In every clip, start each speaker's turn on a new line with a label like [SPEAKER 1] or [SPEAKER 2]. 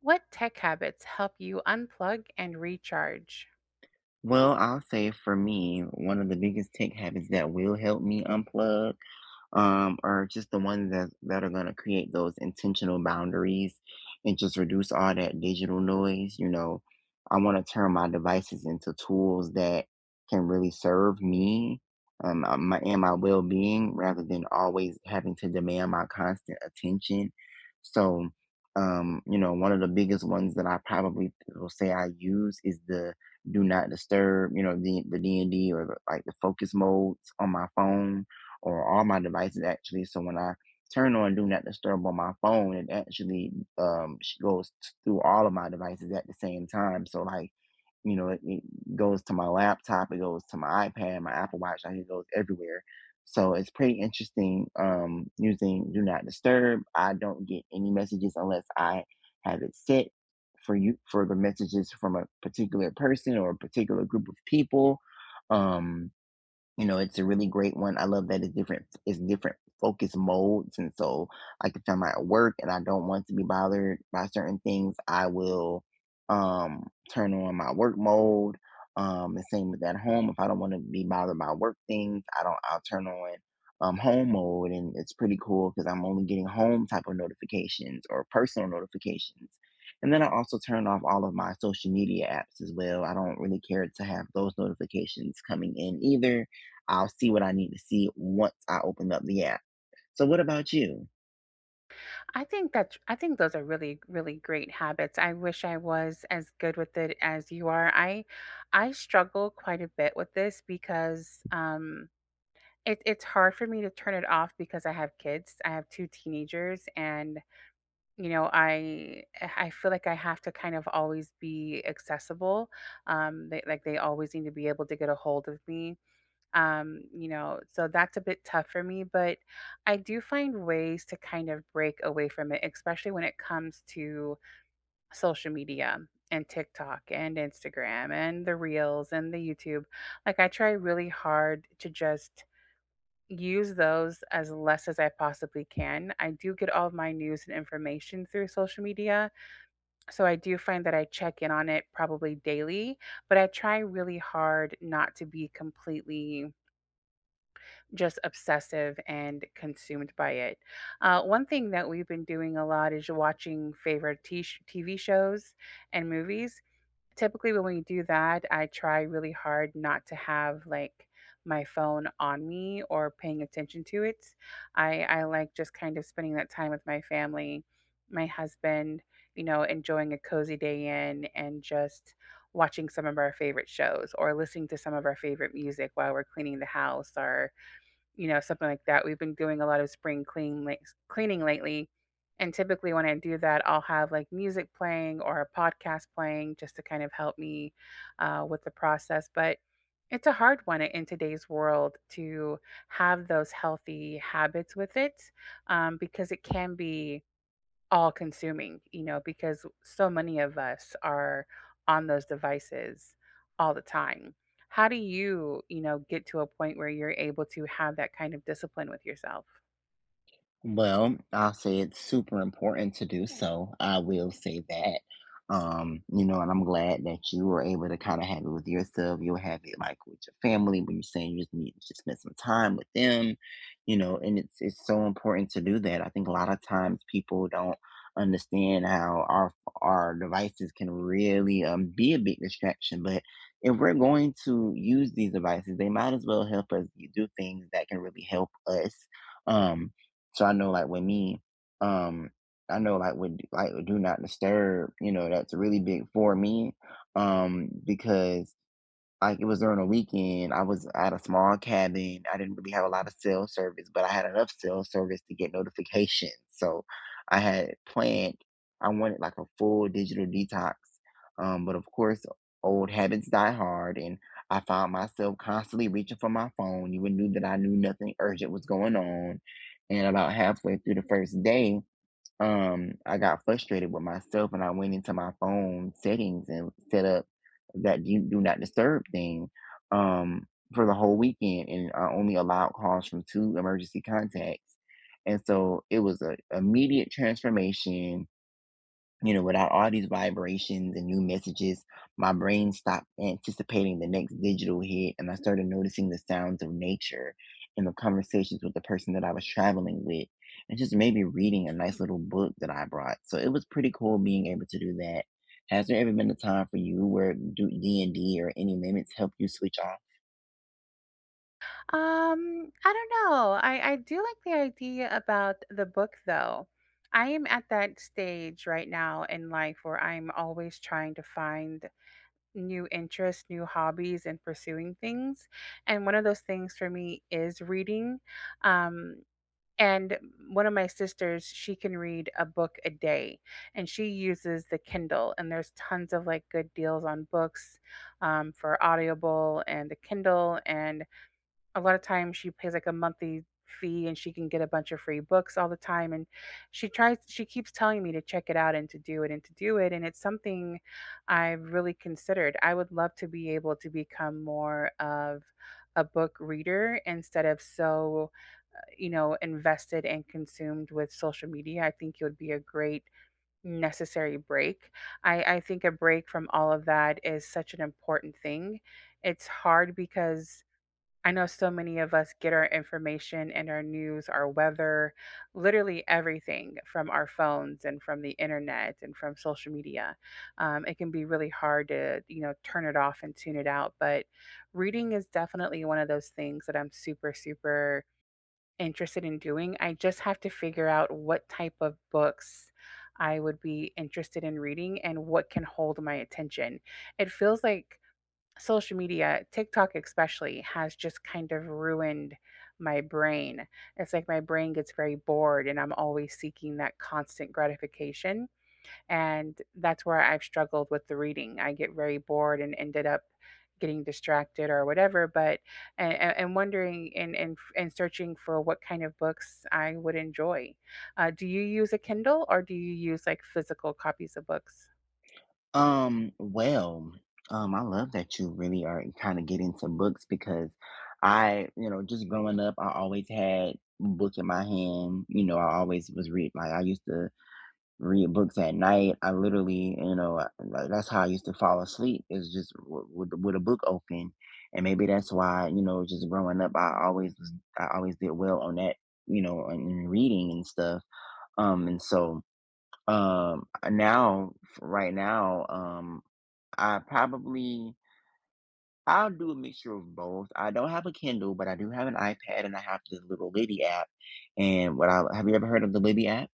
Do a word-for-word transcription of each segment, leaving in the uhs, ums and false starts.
[SPEAKER 1] What tech habits help you unplug and recharge?
[SPEAKER 2] Well, I'll say for me, one of the biggest tech habits that will help me unplug, um, are just the ones that that are gonna create those intentional boundaries and just reduce all that digital noise. You know, I want to turn my devices into tools that can really serve me, um, uh, my and my well being rather than always having to demand my constant attention. So, um, you know, one of the biggest ones that I probably will say I use is the do not disturb. You know, the the D and D or the, like the focus modes on my phone or all my devices actually. So when I turn on Do Not Disturb on my phone, it actually, um, sh- goes t- through all of my devices at the same time. So like you know, it, it goes to my laptop, it goes to my iPad, my Apple Watch, like it goes everywhere. So it's pretty interesting um, using Do Not Disturb. I don't get any messages unless I have it set for you for the messages from a particular person or a particular group of people. Um, you know, it's a really great one. I love that it's different it's different focus modes, and so, like, if I'm at work and I don't want to be bothered by certain things, I will, um, turn on my work mode, um, the same with at home. If I don't wanna be bothered by work things, I don't I'll turn on, um, home mode, and it's pretty cool because 'cause I'm only getting home type of notifications or personal notifications, and then I also turn off all of my social media apps as well. I don't really care to have those notifications coming in either. I'll see what I need to see once I open up the app. So, what about you?
[SPEAKER 1] I think that I think those are really, really great habits. I wish I was as good with it as you are. I I struggle quite a bit with this because um it, it's hard for me to turn it off because I have kids. I have two teenagers, and you know I I feel like I have to kind of always be accessible. Um they, like they always need to be able to get a hold of me, um you know so that's a bit tough for me, but I do find ways to kind of break away from it, especially when it comes to social media and TikTok and Instagram and the reels and the YouTube. Like, I try really hard to just use those as less as I possibly can. I do get all of my news and information through social media, so I do find that I check in on it probably daily, but I try really hard not to be completely just obsessive and consumed by it. Uh, one thing that we've been doing a lot is watching favorite t- sh- T V shows and movies. Typically, when we do that, I try really hard not to have like my phone on me or paying attention to it. I, I like just kind of spending that time with my family, my husband, you know, enjoying a cozy day in and just watching some of our favorite shows or listening to some of our favorite music while we're cleaning the house or you know, something like that. We've been doing a lot of spring clean like cleaning lately. And typically when I do that, I'll have like music playing or a podcast playing just to kind of help me uh, with the process. But it's a hard one in today's world to have those healthy habits with it um, because it can be all consuming, you know, because so many of us are on those devices all the time. How do you, you know, get to a point where you're able to have that kind of discipline with yourself?
[SPEAKER 2] Well, I'll say it's super important to do so. I will say that. Um, you know, and I'm glad that you were able to kind of have it with yourself. You'll have it like with your family when you're saying you just need to just spend some time with them, you know, and it's it's so important to do that. I think a lot of times people don't understand how our our devices can really, um, be a big distraction. But if we're going to use these devices, they might as well help us do things that can really help us. Um, so I know like with me, um, I know like with like with do not disturb, you know, that's really big for me. Um, because like, it was during a weekend, I was at a small cabin, I didn't really have a lot of cell service, but I had enough cell service to get notifications. So I had planned I wanted, like, a full digital detox, um, but, of course, old habits die hard, and I found myself constantly reaching for my phone, even knew that I knew nothing urgent was going on, and about halfway through the first day, um, I got frustrated with myself and I went into my phone settings and set up that do, do not disturb thing, um, for the whole weekend. And I only allowed calls from two emergency contacts. And so it was an immediate transformation. You know, without all these vibrations and new messages, my brain stopped anticipating the next digital hit and I started noticing the sounds of nature and the conversations with the person that I was traveling with, and just maybe reading a nice little book that I brought. So it was pretty cool being able to do that. Has there ever been a time for you where do D and D or any limits help you switch off?
[SPEAKER 1] Um, I don't know. I I do like the idea about the book though. I am at that stage right now in life where I'm always trying to find new interests, new hobbies and pursuing things. And one of those things for me is reading. Um And one of my sisters, she can read a book a day and she uses the Kindle. And there's tons of like good deals on books um, for Audible and the Kindle. And a lot of times she pays like a monthly fee and she can get a bunch of free books all the time, and she tries she keeps telling me to check it out and to do it and to do it, and it's something I've really considered. I would love to be able to become more of a book reader instead of so uh, you know invested and consumed with social media. I think it would be a great necessary break. I I think a break from all of that is such an important thing. It's hard because I know so many of us get our information and our news, our weather, literally everything from our phones and from the internet and from social media. Um, it can be really hard to, you know, turn it off and tune it out. But reading is definitely one of those things that I'm super, super interested in doing. I just have to figure out what type of books I would be interested in reading and what can hold my attention. It feels like social media, TikTok especially, has just kind of ruined my brain. It's like my brain gets very bored and I'm always seeking that constant gratification. And that's where I've struggled with the reading. I get very bored and ended up getting distracted or whatever, but and, and wondering and, and and searching for what kind of books I would enjoy. Uh, do you use a Kindle or do you use like physical copies of books?
[SPEAKER 2] Um, well, um, I love that you really are kind of getting into books because I, you know, just growing up, I always had a book in my hand. You know, I always was read like I used to read books at night. I literally, you know, I- like that's how I used to fall asleep is just w- with with a book open, and maybe that's why you know, just growing up, I always was, I always did well on that, you know, in in reading and stuff. Um, and so um uh, now right now um I probably I'll do a mixture of both. I don't have a Kindle, but I do have an iPad and I have the little Libby app. And what I have you ever heard of the Libby app?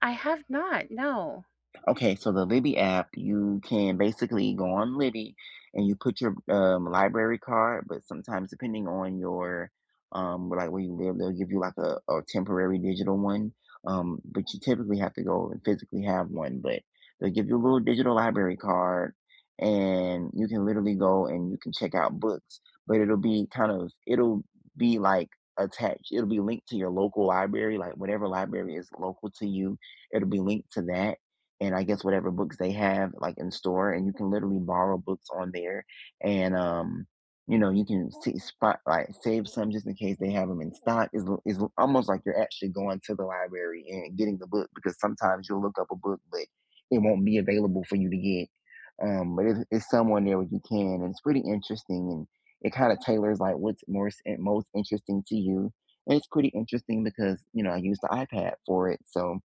[SPEAKER 1] I have not, no.
[SPEAKER 2] Okay, so the Libby app, you can basically go on Libby and you put your, um, library card, but sometimes depending on your, um like where you live, they'll give you like a, a temporary digital one. Um, but you typically have to go and physically have one, but they'll give you a little digital library card and you can literally go and you can check out books, but it'll be kind of it'll be like attached. It'll be linked to your local library, like whatever library is local to you, it'll be linked to that and I guess whatever books they have like in store, and you can literally borrow books on there, and, um, you know you can see spot like save some just in case they have them in stock. Is is almost like you're actually going to the library and getting the book because sometimes you'll look up a book, but it won't be available for you to get. Um, but it's, it's someone there where you can, and it's pretty interesting, and it kind of tailors like what's more most most interesting to you. And it's pretty interesting because you know I use the iPad for it, so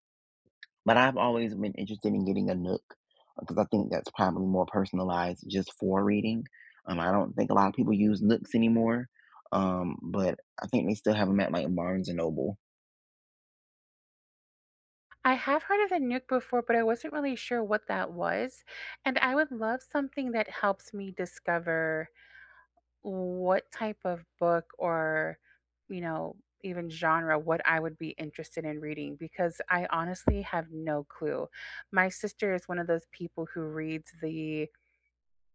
[SPEAKER 2] but I've always been interested in getting a Nook because I think that's probably more personalized just for reading. Um, I don't think a lot of people use Nooks anymore, um, but I think they still have them at like Barnes and Noble.
[SPEAKER 1] I have heard of the nuke before, but I wasn't really sure what that was, and I would love something that helps me discover what type of book or, you know, even genre what I would be interested in reading because I honestly have no clue. My sister is one of those people who reads the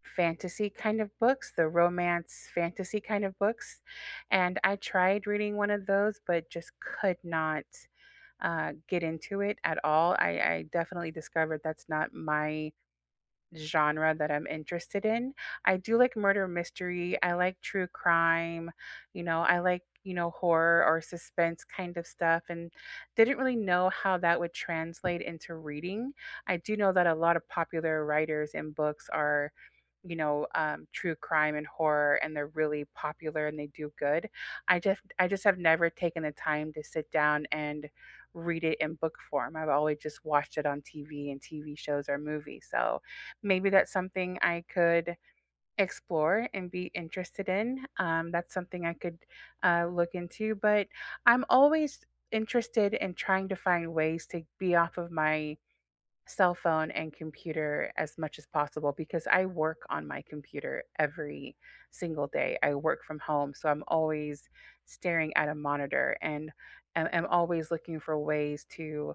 [SPEAKER 1] fantasy kind of books, the romance fantasy kind of books, and I tried reading one of those but just could not uh, get into it at all. I, I definitely discovered that's not my genre that I'm interested in. I do like murder mystery. I like true crime. You know, I like, you know, horror or suspense kind of stuff, and didn't really know how that would translate into reading. I do know that a lot of popular writers and books are, you know, um, true crime and horror, and they're really popular and they do good. I just I just have never taken the time to sit down and read it in book form. I've always just watched it on T V and T V shows or movies. So maybe that's something I could explore and be interested in. Um, that's something I could uh, look into. But I'm always interested in trying to find ways to be off of my cell phone and computer as much as possible because I work on my computer every single day. I work from home, so I'm always staring at a monitor and I- I'm always looking for ways to,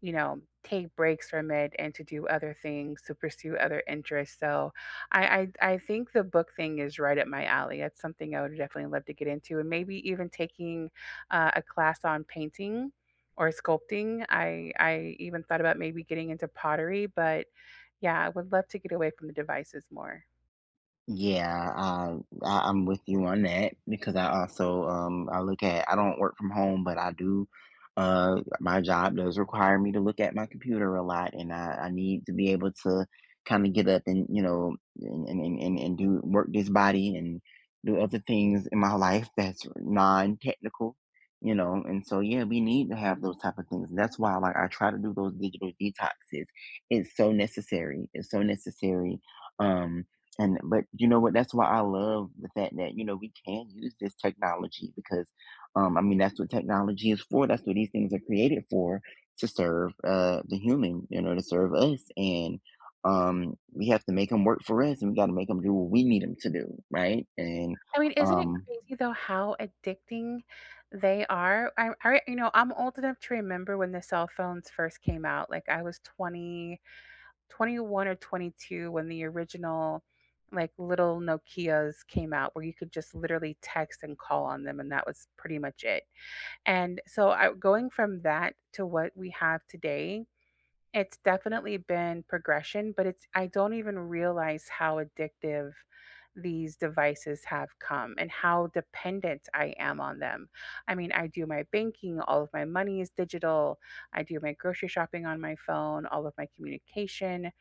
[SPEAKER 1] you know, take breaks from it and to do other things, to pursue other interests. So I, I, I think the book thing is right up my alley. That's something I would definitely love to get into, and maybe even taking uh, a class on painting or sculpting. I I even thought about maybe getting into pottery, but yeah, I would love to get away from the devices more.
[SPEAKER 2] Yeah, um, I, I'm with you on that because I also, um, I look at I don't work from home, but I do. Uh, my job does require me to look at my computer a lot, and I, I need to be able to kind of get up and you know and and, and and and do work this body and do other things in my life that's non-technical, you know. And so yeah, we need to have those type of things. That's why like I try to do those digital detoxes. It's so necessary. It's so necessary. Um and But you know what? That's why I love the fact that you know we can use this technology because, um, I mean that's what technology is for. That's what these things are created for to serve, uh the human, you know, to serve us. And, um, we have to make them work for us, and we got to make them do what we need them to do, right? And
[SPEAKER 1] I mean, isn't it
[SPEAKER 2] um,
[SPEAKER 1] crazy though how addicting they are? I, I you know, I'm old enough to remember when the cell phones first came out. Like I was twenty, twenty one, or twenty two when the original like little Nokias came out where you could just literally text and call on them, and that was pretty much it. And so I, going from that to what we have today, it's definitely been progression, but it's I don't even realize how addictive these devices have come and how dependent I am on them. I mean, I do my banking, all of my money is digital. I do my grocery shopping on my phone, all of my communication,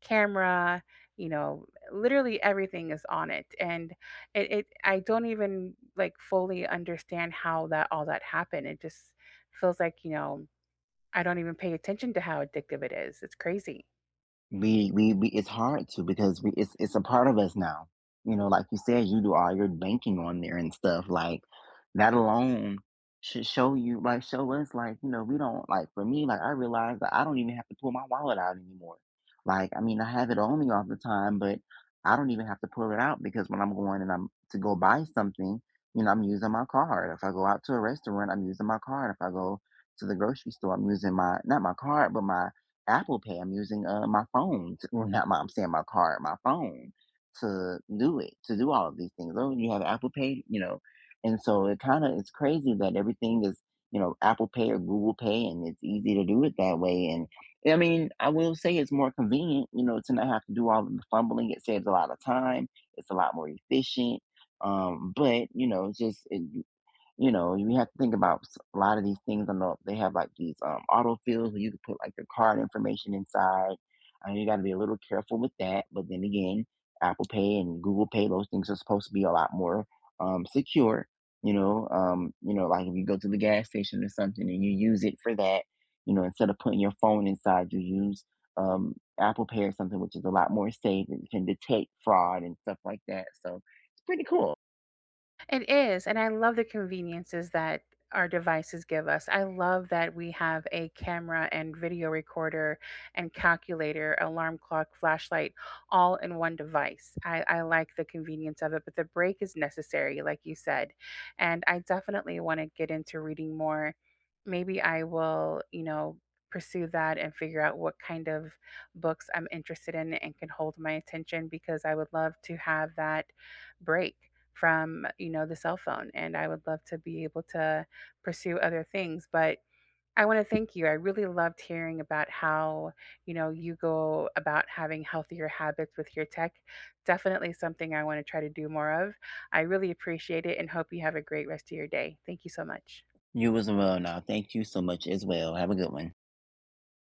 [SPEAKER 1] camera, you know, literally everything is on it. And it, it I don't even like fully understand how that all that happened. It just feels like, you know, I don't even pay attention to how addictive it is. It's crazy.
[SPEAKER 2] We we we it's hard to because we it's it's a part of us now. You know, like you said, you do all your banking on there and stuff. Like that alone should show you, like show us, like you know, we don't like. For me, like I realize that I don't even have to pull my wallet out anymore. Like I mean, I have it on me all the time, but I don't even have to pull it out because when I'm going and I'm to go buy something, you know, I'm using my card. If I go out to a restaurant, I'm using my card. If I go to the grocery store, I'm using my not my card, but my Apple Pay, I'm using, uh, my phone t well, not my I'm saying my card, my phone to do it, to do all of these things. "Oh, you have Apple Pay?" You know? And so it kinda it's crazy that everything is, you know, Apple Pay or Google Pay, and it's easy to do it that way, and I mean, I will say it's more convenient, you know, to not have to do all of the fumbling, it saves a lot of time, it's a lot more efficient, um, but, you know, it's just it you know, you have to think about s- a lot of these things. I know they have like these, um, autofills where you can put like your card information inside. I know you got to be a little careful with that. But then again, Apple Pay and Google Pay, those things are supposed to be a lot more, um, secure. You know, um, you know, like if you go to the gas station or something and you use it for that, you know, instead of putting your phone inside, you use, um, Apple Pay or something, which is a lot more safe. It can detect fraud and stuff like that. So it's pretty cool.
[SPEAKER 1] It is, and I love the conveniences that our devices give us. I love that we have a camera and video recorder and calculator, alarm clock, flashlight, all in one device. I, I like the convenience of it, but the break is necessary, like you said. And I definitely want to get into reading more. Maybe I will, you know, pursue that and figure out what kind of books I'm interested in and can hold my attention because I would love to have that break from, you know, the cell phone, and I would love to be able to pursue other things. But I want to thank you. I really loved hearing about how, you know, you go about having healthier habits with your tech. Definitely something I want to try to do more of. I really appreciate it and hope you have a great rest of your day. Thank you so much.
[SPEAKER 2] You as well now. Thank you so much as well. Have a good one.